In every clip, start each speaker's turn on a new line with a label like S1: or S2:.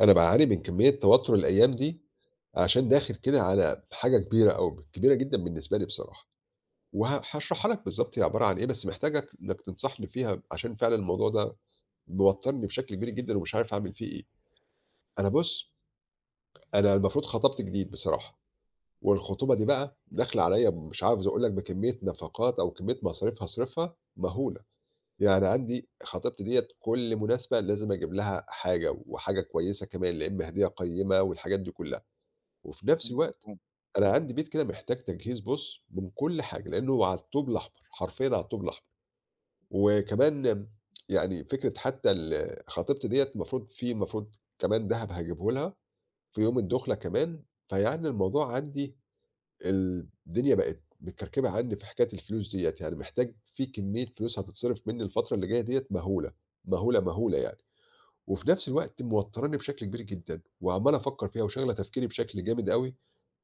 S1: أنا باعاني من كمية توتر الأيام دي، عشان داخل كده على حاجة كبيرة أوي، كبيرة جدًا بالنسبة لي بصراحة، هاشرحها لك بالضبط هي عبارة عن إيه، بس محتاجك إنك تنصحني فيها عشان فعلًا الموضوع ده موترني بشكل كبير جدًا ومش عارف أعمل فيه إيه. أنا بُص، أنا المفروض خطبت جديد بصراحة، والخطوبة دي بقى داخلة عليَّ مش عاوز أقول لك بكمية نفقات أو كمية مصاريف هاصرفها مهولة، يعني عندي خطيبتي ديّة كل مناسبة لازم أجيب لها حاجة، وحاجة كويسة كمان، لا إما هدية قيمة والحاجات دي كلها. وفي نفس
S2: إمم،
S1: الوقت
S2: مفهوم.
S1: أنا عندي بيت كده محتاج تجهيز بُص، من كل حاجة، لأنه هو على الطوب الأحمر، حرفيًا على الطوب الأحمر. وكمان يعني فكرة حتى خطيبتي ديّة المفروض المفروض كمان دهب هاجيبه لها في يوم الدُخلة كمان، فيعني الموضوع عندي الدنيا بقت متكركبة عندي في حكاية الفلوس ديّة، يعني محتاج في كمية فلوس هتتصرف منّي الفترة اللي جاية ديّة مهولة، مهولة، مهولة يعني. وفي نفس الوقت موتراني بشكل كبير جدًا، وعمّال أفكّر فيها وشاغلة تفكيري بشكل جامد أوي.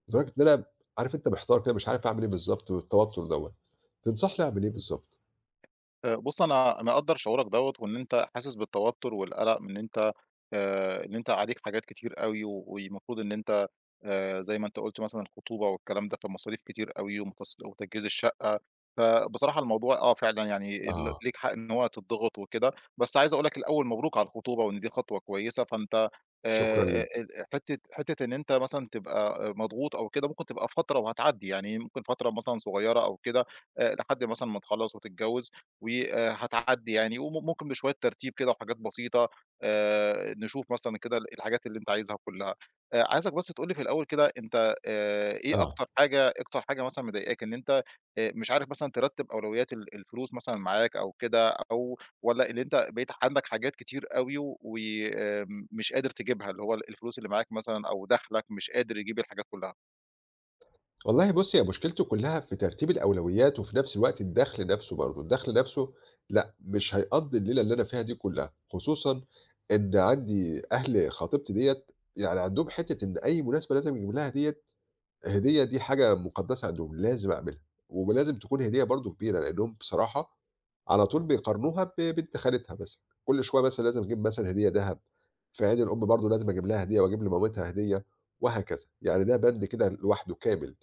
S1: لدرجة إن أنا عارف أنت محتار كده مش عارف أعمل إيه بالضبط والتوتر دوّة، تنصحني أعمل إيه بالضبط؟
S2: بُص، أنا مقدّر شعورك دوّة وإن أنت حاسس بالتوتر والقلق من إن أنت عليك حاجات كتير أوي، والمفروض إن أنت زي ما أنت قُلت مثلًا الخطوبة والكلام ده، فمصاريف كتير أوي وتجهيز الشقة، فبصراحة الموضوع آه فعلًا يعني
S1: آه،
S2: ليك حق إن هو تضغط وكده، بس عايز أقول لك الأول مبروك على الخطوبة وإن دي خطوة كويسة، فأنت
S1: شكرًا ليك،
S2: ال حتة حتة إن أنت مثلًا تبقى مضغوط أو كده ممكن تبقى فترة وهتعدّي، يعني ممكن فترة مثلًا صغيرة أو كده لحد مثلًا ما تخلّص وتتجوّز وهتعدّي يعني، ممكن بشوية ترتيب كده وحاجات بسيطة نشوف مثلًا كده الحاجات اللي أنت عايزها كلها. عايزك بس تقول لي في الأول كده أنت إيه
S1: آه.
S2: أكتر حاجة مثلًا مضايقاك إن أنت مش عارف مثلًا ترتّب أولويات الفلوس مثلًا معاك أو كده أو والّا اللي أنت بقيت عندك حاجات كتير أوي وآمم مش قادر تجيبها، اللي هو الفلوس اللي معاك مثلًا أو دخلك مش قادر يجيب الحاجات كلّها؟
S1: والله بُصّ، هي مشكلته كلّها في ترتيب الأولويات وفي نفس الوقت الدخْل نفسه برضه، الدخْل نفسه لأ، مش هيقضّي الليلة اللي أنا فيها دي كلّها، خصوصًا إن عندي أهل خطيبتي ديّة يعني عندهم حتّة إن أي مناسبة لازم يجيب لها ديّة هدية دي حاجة مُقدّسة عندهم، لازم أعملها، ولازم تكون هدية برضه كبيرة، لإنّهم بصراحة على طول بيقارنوها ببنت خالتها مثلًا، كل شوية مثلًا لازم أجيب مثلًا هدية دهب، في عيد الأم برضه لازم أجيب لها هدية وأجيب لمامتها هدية وهكذا، يعني ده بَند كده لوحده كامل،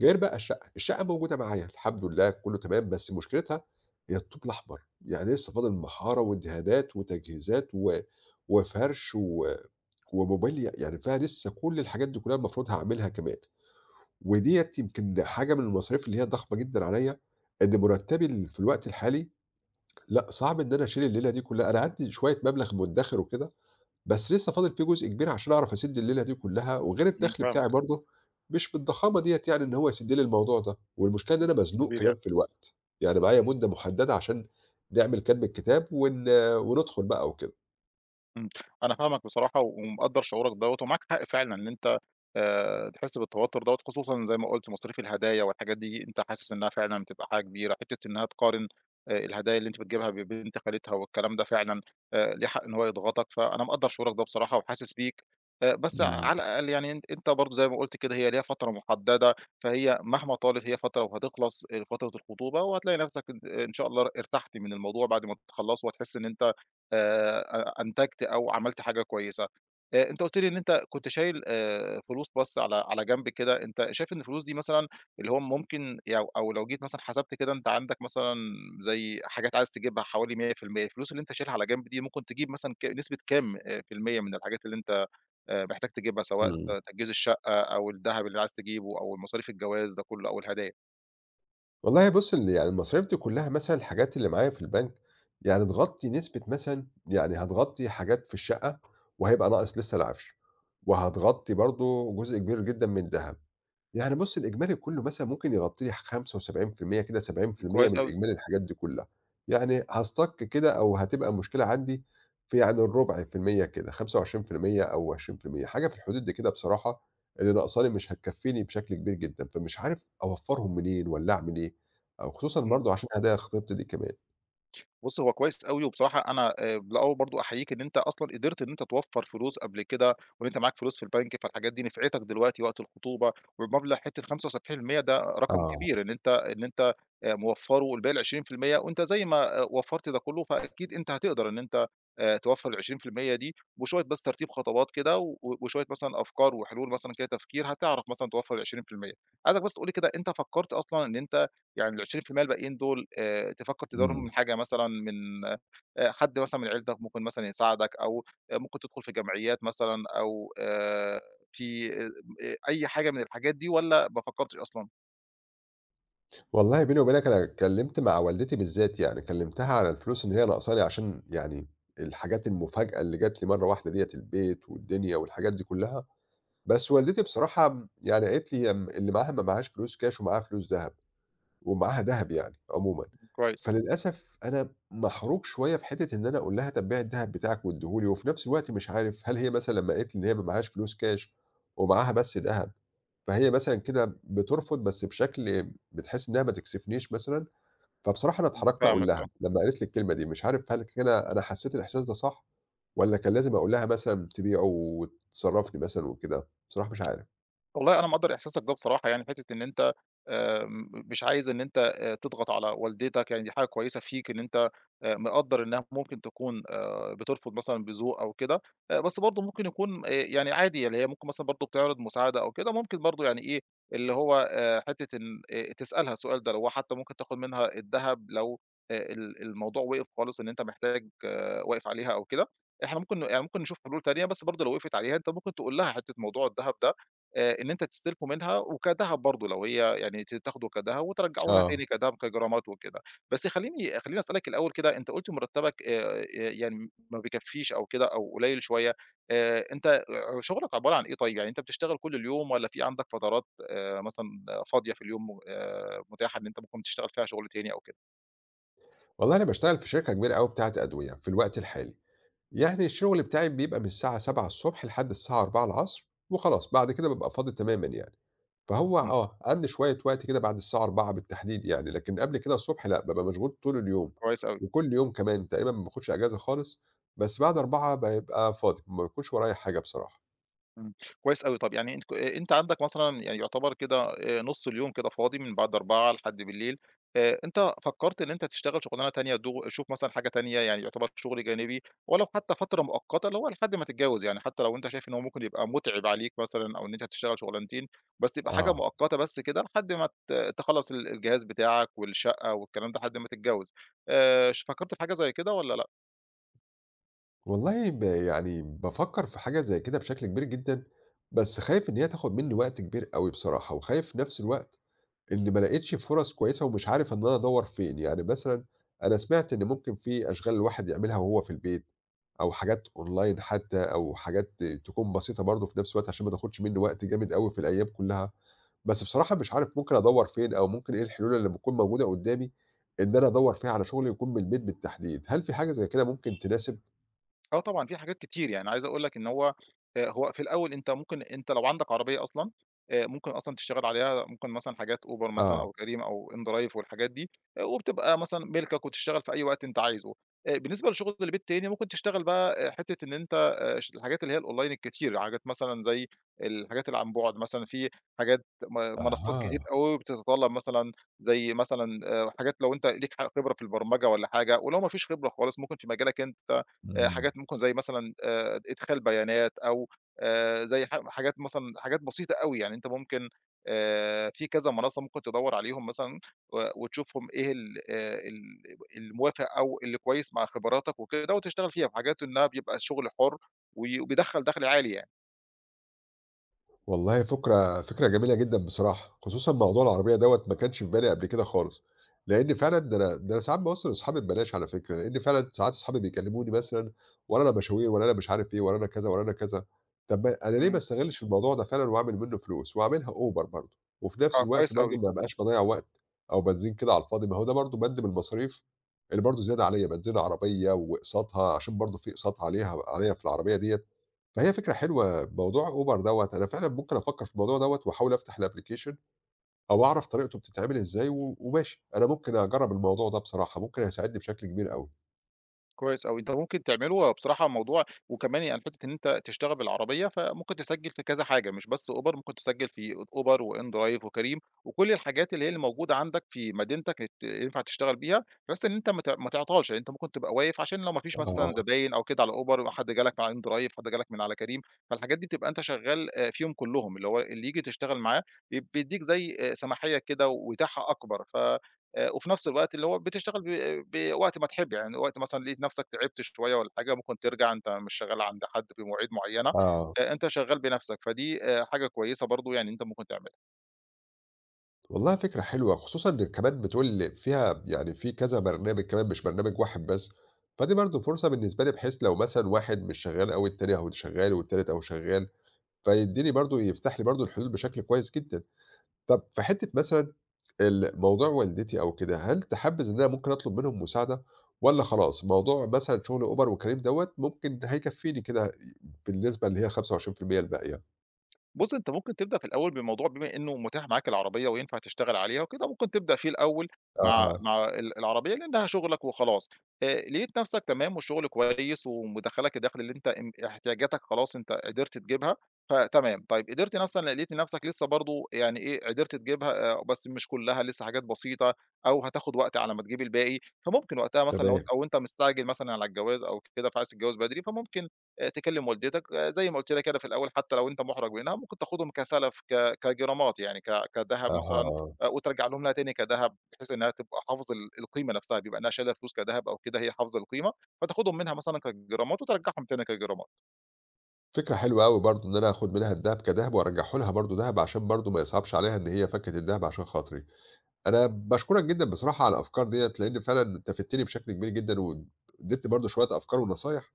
S1: غير بقى الشقة، الشقة موجودة معايا الحمد لله كُلّه تمام، بس مشكلتها هي الطوب الأحمر، يعني لسه فاضل محارة وإدهانات وتجهيزات وفَرْش وموبيليا، يعني فيها لسه كل الحاجات دي كُلّها المفروض هاعملها كمان. وديّة يمكن حاجة من المصاريف اللي هي ضخمة جدًا عليّا، إن مرتّبي في الوقت الحالي لأ، صعب إن أنا أشيل الليلة دي كلّها، أنا عندي شوية مبلغ مُدّخر وكده، بس لسه فاضل فيه جزء كبير عشان أعرف أسِد الليلة دي كلّها، وغير
S2: إمم،
S1: الدخل بتاعي
S2: فاهمك.
S1: برضه مش بالضخامة ديّة يعني إن هو يسِد لي الموضوع ده، والمشكلة إن أنا مزنوق
S2: كبير يعني.
S1: كمان في الوقت، يعني معايا مدة مُحددة عشان نعمل كَتْب الكتاب وندخل بقى وكده.
S2: إمم، أنا فاهمك بصراحة ومقدّر شعورك دوّة، ومعاك حق فعلًا إن أنت تحس بالتوتر دوّة، خصوصًا زي ما قُلت مصاريف الهدايا والحاجات دي أنت حاسس إنها فعلًا بتبقى حاجة كبيرة، حتّة إنها تقارن الهدايا اللي أنت بتجيبها ببنت خالتها والكلام ده فعلًا ليه حق إن هو يضغطك، فأنا مقدّر شعورك ده بصراحة وحاسس بيك بس
S1: إمم،
S2: على الأقل يعني أن أنت برضه زي ما قُلت كده هي ليها فترة محددة، فهي مهما طالت هي فترة وهتخلص فترة الخطوبة وهتلاقي نفسك إن إن شاء الله ارتحت من الموضوع بعد ما تخلّصه وهتحس إن أنت آآ أ أنتجت أو عملت حاجة كويسة. أنت قُلت لي إن أنت كنت شايل فلوس بس على جنب كده، أنت شايف إن الفلوس دي مثلًا اللي هو ممكن أو لو جيت مثلًا حسبت كده أنت عندك مثلًا زي حاجات عايز تجيبها حوالي 100%، الفلوس اللي أنت شايلها على جنب دي ممكن تجيب مثلًا ك نسبة كام في المِيّة من الحاجات اللي أنت محتاج تجيبها، سواء
S1: إمم.
S2: آه، تجهيز الشقة أو الدهب اللي عايز تجيبه أو المصاريف الجواز ده كله أو الهدايا؟
S1: والله بُص، يعني المصاريف دي كلّها مثلًا الحاجات اللي معايا في البنك، يعني تغطّي نسبة مثلًا يعني هتغطّي حاجات في الشقة وهيبقى ناقص لسه العفش، وهتغطّي برضه جزء كبير جدًا من الدهب، يعني بُصّي، الإجمالي كُلّه مثلًا ممكن يغطي لي 75% كده 70%
S2: كويس
S1: من
S2: أوي.
S1: إجمالي الحاجات دي كُلّها، يعني هاstuck كده أو هتبقى مشكلة عندي في يعني الربع في المِيّة كده 25% أو 20% حاجة في الحدود دي كده بصراحة، اللي ناقصة لي مش هتكفّيني بشكل كبير جدًا، فمش عارف أوفّرهم منين والّا أعمل إيه؟ أو خصوصًا
S2: إمم.
S1: برضه عشان هاضايق خطيبتي دي كمان.
S2: بُص، هو كويس أوي، وبصراحة أنا الأول برضه أحييك إن أنت أصلًا قدرت إن أنت توفّر فلوس قبل كده، وإن أنت معاك فلوس في البنك، فالحاجات دي نفعتك دلوقتي وقت الخطوبة، والمبلغ حتّة 75% ده رقم
S1: آه،
S2: كبير إن أنت موفّره، والباقي ال20% وأنت زي ما آه، وفّرت ده كلّه، فأكيد أنت هتقدر إن أنت توفّر ال20% دي، وشوية بس ترتيب خطوات كده، وشوية مثلًا أفكار وحلول مثلًا كده تفكير، هتعرف مثلًا توفّر ال20%. عايزك بس تقول لي كده أنت فكّرت أصلًا إن انت يعني ال20% الباقيين دول تفكّر تدارهم
S1: إمم.
S2: من حاجة مثلًا من حد مثلًا من عيلتك ممكن مثلًا يساعدك أو آه، ممكن تدخل في جمعيات مثلًا أو في أي حاجة من الحاجات دي والّا ما فكّرتش أصلًا؟
S1: والله بيني وبينك أنا اتكلّمت مع والدتي بالذات يعني، كلّمتها على الفلوس إن هي ناقصاني عشان يعني الحاجات المفاجأة اللي جات لي مرّة واحدة ديّة، البيت والدنيا والحاجات دي كلّها، بس والدتي بصراحة يعني قالت لي اللي معاها ما معاهاش فلوس كاش ومعاها فلوس دهب، ومعاها دهب يعني عمومًا،
S2: كويس،
S1: فللأسف أنا محروج شوية في حتّة إن أنا أقول لها طَب بيعي الدهب بتاعِك وادّيه لي، وفي نفس الوقت مش عارف هل هي مثلًا لمّا قالت لي إن هي ما معاهاش فلوس كاش ومعاها بس دهب، فهي مثلًا كده بترفض بس بشكل بتحس إنها ما تكسفنيش مثلًا؟ فبصراحة أنا
S2: إمم،
S1: اتحرجت أقول
S2: فاهمك
S1: لها
S2: آه.
S1: لمّا قالت لي الكلمة دي، مش عارف هل كده أنا حسّيت الإحساس ده صح والّا كان لازم أقول لها مثلًا تبيعه وتصرّفني مثلًا وكده؟ بصراحة مش عارف.
S2: والله أنا مقدّر إحساسك ده بصراحة يعني، حتّة إن أنت مش عايز إن أنت تضغط على والدتك، يعني دي حاجة كويسة فيك إن أنت مقدّر إنها ممكن تكون بترفض مثلًا بذوق أو كده، بس برضه ممكن يكون يعني عادي اللي هي ممكن مثلًا برضه بتعرض مساعدة أو كده، ممكن برضه يعني إيه، اللي هو حتّة إن تسألها السؤال ده، اللي هو حتّى ممكن تاخد منها الدهب لو ال الموضوع وقف خالص إن أنت محتاج آه، واقف عليها أو كده، إحنا ممكن يعني ممكن نشوف حلول تانية، بس برضه لو وقفت عليها أنت ممكن تقول لها حتّة موضوع الدهب ده إن أنت تستلفه منها وكدهب برضه لو هي يعني تاخده كدهب وترجّعه لها تاني
S1: آه.
S2: كدهب كجرامات وكده. بس خلّيني خلّيني أسألك الأول كده، أنت قُلت مرتّبك يعني ما بيكفّيش أو كده أو قليّل شوية، أنت شغلك عبارة عن إيه طيب؟ يعني أنت بتشتغل كل اليوم والّا في عندك فترات مثلًا فاضية في اليوم متاحة إن أنت ممكن تشتغل فيها شغل تاني أو كده؟
S1: والله أنا باشتغل في شركة كبيرة أوي بتاعة أدوية في الوقت الحالي، يعني الشغل بتاعي بيبقى من الساعة 07:00 لحد الساعة 16:00 وخلاص، بعد كده بابقى فاضي تمامًا يعني. فهو
S2: إمم،
S1: قَبل شوية وقت كده بعد الساعة 16:00 بالتحديد يعني، لكن قبل كده الصبح لأ، بابقى مشغول طول اليوم،
S2: كويس أوي.
S1: وكل يوم كمان تقريبا ما باخدش أجازة خالص، بس بعد 16:00 بابقى فاضي، ما بيكونش ورايا حاجة بصراحة.
S2: إمم، كويس أوي، طَب يعني أنت عندك مثلًا يعني يعتبر كده نُص اليوم كده فاضي من بعد 16:00 لحد بالليل، أنت فكّرت إن أنت تشتغل شُغلانة تانية شوف مثلًا حاجة تانية يعني يعتبر شُغل جانبي ولو حتى فترة مؤقتة اللي هو لحد ما تتجوّز، يعني حتى لو أنت شايف إن هو ممكن يبقى مُتعِب عليك مثلًا أو إن أنت تشتغل شُغلانتين، بس تبقى حاجة
S1: آه،
S2: مؤقتة بس كده لحد ما تخلّص الجهاز بتاعك والشقة والكلام ده لحد ما تتجوّز، ش فكّرت في حاجة زي كده والّا لأ؟
S1: والله يعني بافكّر في حاجة زي كده بشكل كبير جدًا، بس خايف إن هي تاخد منّي وقت كبير أوي بصراحة، وخايف في نفس الوقت إن ما لقيتش فرص كويسة ومش عارف إن أنا أدوّر فين، يعني مثلًا أنا سمعت إن ممكن في أشغال الواحد يعملها وهو في البيت، أو حاجات أونلاين حتى، أو حاجات تكون بسيطة برضه في نفس الوقت عشان ما تاخدش منّي وقت جامد أوي في الأيام كلّها، بس بصراحة مش عارف ممكن أدوّر فين، أو ممكن إيه الحلول اللي بتكون موجودة قدّامي إن أنا أدوّر فيها على شغل يكون من البيت بالتحديد، هل في حاجة زي كده ممكن تناسب؟
S2: آه طبعًا، في حاجات كتير، يعني عايز أقول لك إن هو في الأول أنت ممكن أنت لو عندك عربية أصلًا، ممكن أصلًا تشتغل عليها ممكن مثلًا حاجات Uber مثلًا
S1: آه،
S2: أو Careem أو inDrive والحاجات دي، وبتبقى مثلًا مِلكك وتشتغل في أي وقت أنت عايزه. بالنسبة لشغل البيت تاني ممكن تشتغل بقى حتّة إن أنت ش الحاجات اللي هي الأونلاين الكتير، حاجات مثلًا زي الحاجات اللي عن بُعد مثلًا، في حاجات منصات كتير
S1: أها،
S2: أوي بتتطلب مثلًا زي مثلًا حاجات لو أنت ليك خبرة في البرمجة والّا حاجة، ولو ما فيش خبرة خالص ممكن في مجالك أنت
S1: إمم.
S2: حاجات ممكن زي مثلًا إدخال بيانات أو زي حاجات مثلًا حاجات بسيطة أوي، يعني أنت ممكن في كذا منصة ممكن تدوّر عليهم مثلًا وتشوفهم إيه ال ال الموافق أو اللي كويس مع خبراتك وكده وتشتغل فيها، في حاجات إنها بيبقى شغل حُر وبيدخّل دَخْل عالي يعني.
S1: والله فكرة فكرة جميلة جدًا بصراحة، خصوصًا موضوع العربية دوّة ما كانش في بالي قبل كده خالص، لإن فعلًا ده أنا ساعات باوصّل لأصحابي ببلاش على فكرة، لإن فعلًا ساعات أصحابي بيكلموني مثلًا "والّا أنا مشاوير، والّا أنا مش عارف إيه، والّا أنا كذا، والّا أنا كذا." طب ما أنا ليه ما
S2: إمم.
S1: استغلش الموضوع ده فعلًا وأعمل منه فلوس وأعملها Uber برضه، وفي نفس
S2: آه،
S1: الوقت
S2: كويس
S1: برضه
S2: أوي.
S1: ما ابقاش باضيّع وقت أو بنزين كده على الفاضي، ما هو ده برضه بند من المصاريف اللي برضه زيادة عليّا، بنزين العربية وأقساطها عشان برضه في أقساط عليها عليّا في العربية ديّة، ما هي فكرة حلوة موضوع أوبر دوّة، أنا فعلًا ممكن أفكّر في الموضوع دوّة وأحاول أفتح الapplication أو أعرف طريقته بتتعمل إزاي وماشي، أنا ممكن أجرّب الموضوع ده بصراحة، ممكن هيساعدني بشكل كبير أوي.
S2: كويس أوي، أنت ممكن تعمله بصراحة موضوع وكمان يعني حتّة إن أنت تشتغل بالعربية، فممكن تسجّل في كذا حاجة مش بس Uber، ممكن تسجّل في Uber وInDrive وCareem وكل الحاجات اللي هي اللي موجودة عندك في مدينتك ينفع تشتغل بيها، بحيث إن أنت ما تعطلش، يعني أنت ممكن تبقى واقف عشان لو ما فيش مثلًا
S1: آه،
S2: زباين أو كده على Uber وحد جه لك من على InDrive، حد جه لك من على Careem، فالحاجات دي بتبقى أنت شغّال فيهم كلّهم، اللي هو اللي ييجي تشتغل معاه بيدّيك زي سماحية كده وإتاحة أكبر ف وفي نفس الوقت اللي هو بتشتغل بوقت ما تحب، يعني وقت مثلًا لقيت نفسك تعبت شوية والّا حاجة ممكن ترجع أنت مش شغال عند حد بمواعيد معيّنة،
S1: آه،
S2: أنت شغال بنفسك، فدي حاجة كويسة برضه يعني أنت ممكن تعملها.
S1: والله فكرة حلوة، خصوصًا إن كمان بتقول فيها يعني في كذا برنامج كمان مش برنامج واحد بس، فدي برضه فرصة بالنسبة لي بحيث لو مثلًا واحد مش شغال أوي، التاني أهو شغال والتالت أهو شغال، فيدّيني برضه يفتح لي برضه الحلول بشكل كويس جدًا. طب في حتّة مثلًا موضوع والدتي أو كده، هل تحبذ إن أنا ممكن أطلب منهم مساعدة والّا خلاص موضوع مثلًا شغل Uber وكريم دوّة ممكن هيكفّيني كده بالنسبة اللي هي ال25% الباقية؟
S2: بُص، أنت ممكن تبدأ في الأول بموضوع بما إنه متاح معاك العربية وينفع تشتغل عليها وكده، ممكن تبدأ فيه الأول
S1: أها،
S2: مع العربية لأن ده شغلك وخلاص. لقيت نفسك تمام والشغل كويس ومدخّلك الدخل اللي أنت احتياجاتك خلاص أنت قدرت تجيبها، فتمام. طيب قدرت مثلًا لقيت نفسك لسه برضه يعني إيه، قدرت تجيبها بس مش كلّها، لسه حاجات بسيطة أو هتاخد وقت على ما تجيب الباقي، فممكن وقتها مثلًا لو أنت
S1: تمام،
S2: أو أنت مستعجل مثلًا على الجواز أو كده فعايز تتجوز بدري، فممكن تكلم والدتك آه، زي ما قُلت لك كده في الأول حتى لو أنت مُحرَج منها، ممكن تاخدهم كسَلَف كجرامات يعني كدهب مثلًا
S1: أها.
S2: وترجع لها تاني كدهب، بحيث إنها تبقى حافظ القيمة نفسها، بما إنها شايلة فلوس كدهب أو كده هي حافظة القيمة، فتاخدهم منها مثلًا كجرامات وترجعهم تاني كجرامات.
S1: فكرة حلوة أوي برضه إن أنا آخُد منها الدهب كدهب وأرجّعه لها برضه دهب عشان برضه ما يصعبش عليها إن هي فكِّت الدهب عشان خاطري. أنا باشكرك جدًا بصراحة على الأفكار ديّة، لإن فعلًا أنت فِدتني بشكل كبير جدًا وادّيتني برضه شوية أفكار ونصايح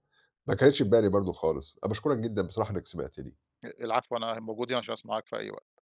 S1: ما كانتش في بالي برضه خالص. أنا باشكرك جدًا بصراحة إنّك سمعتني.
S2: آه، العفو أنا موجود هنا عشان أسمعك في أي وقت.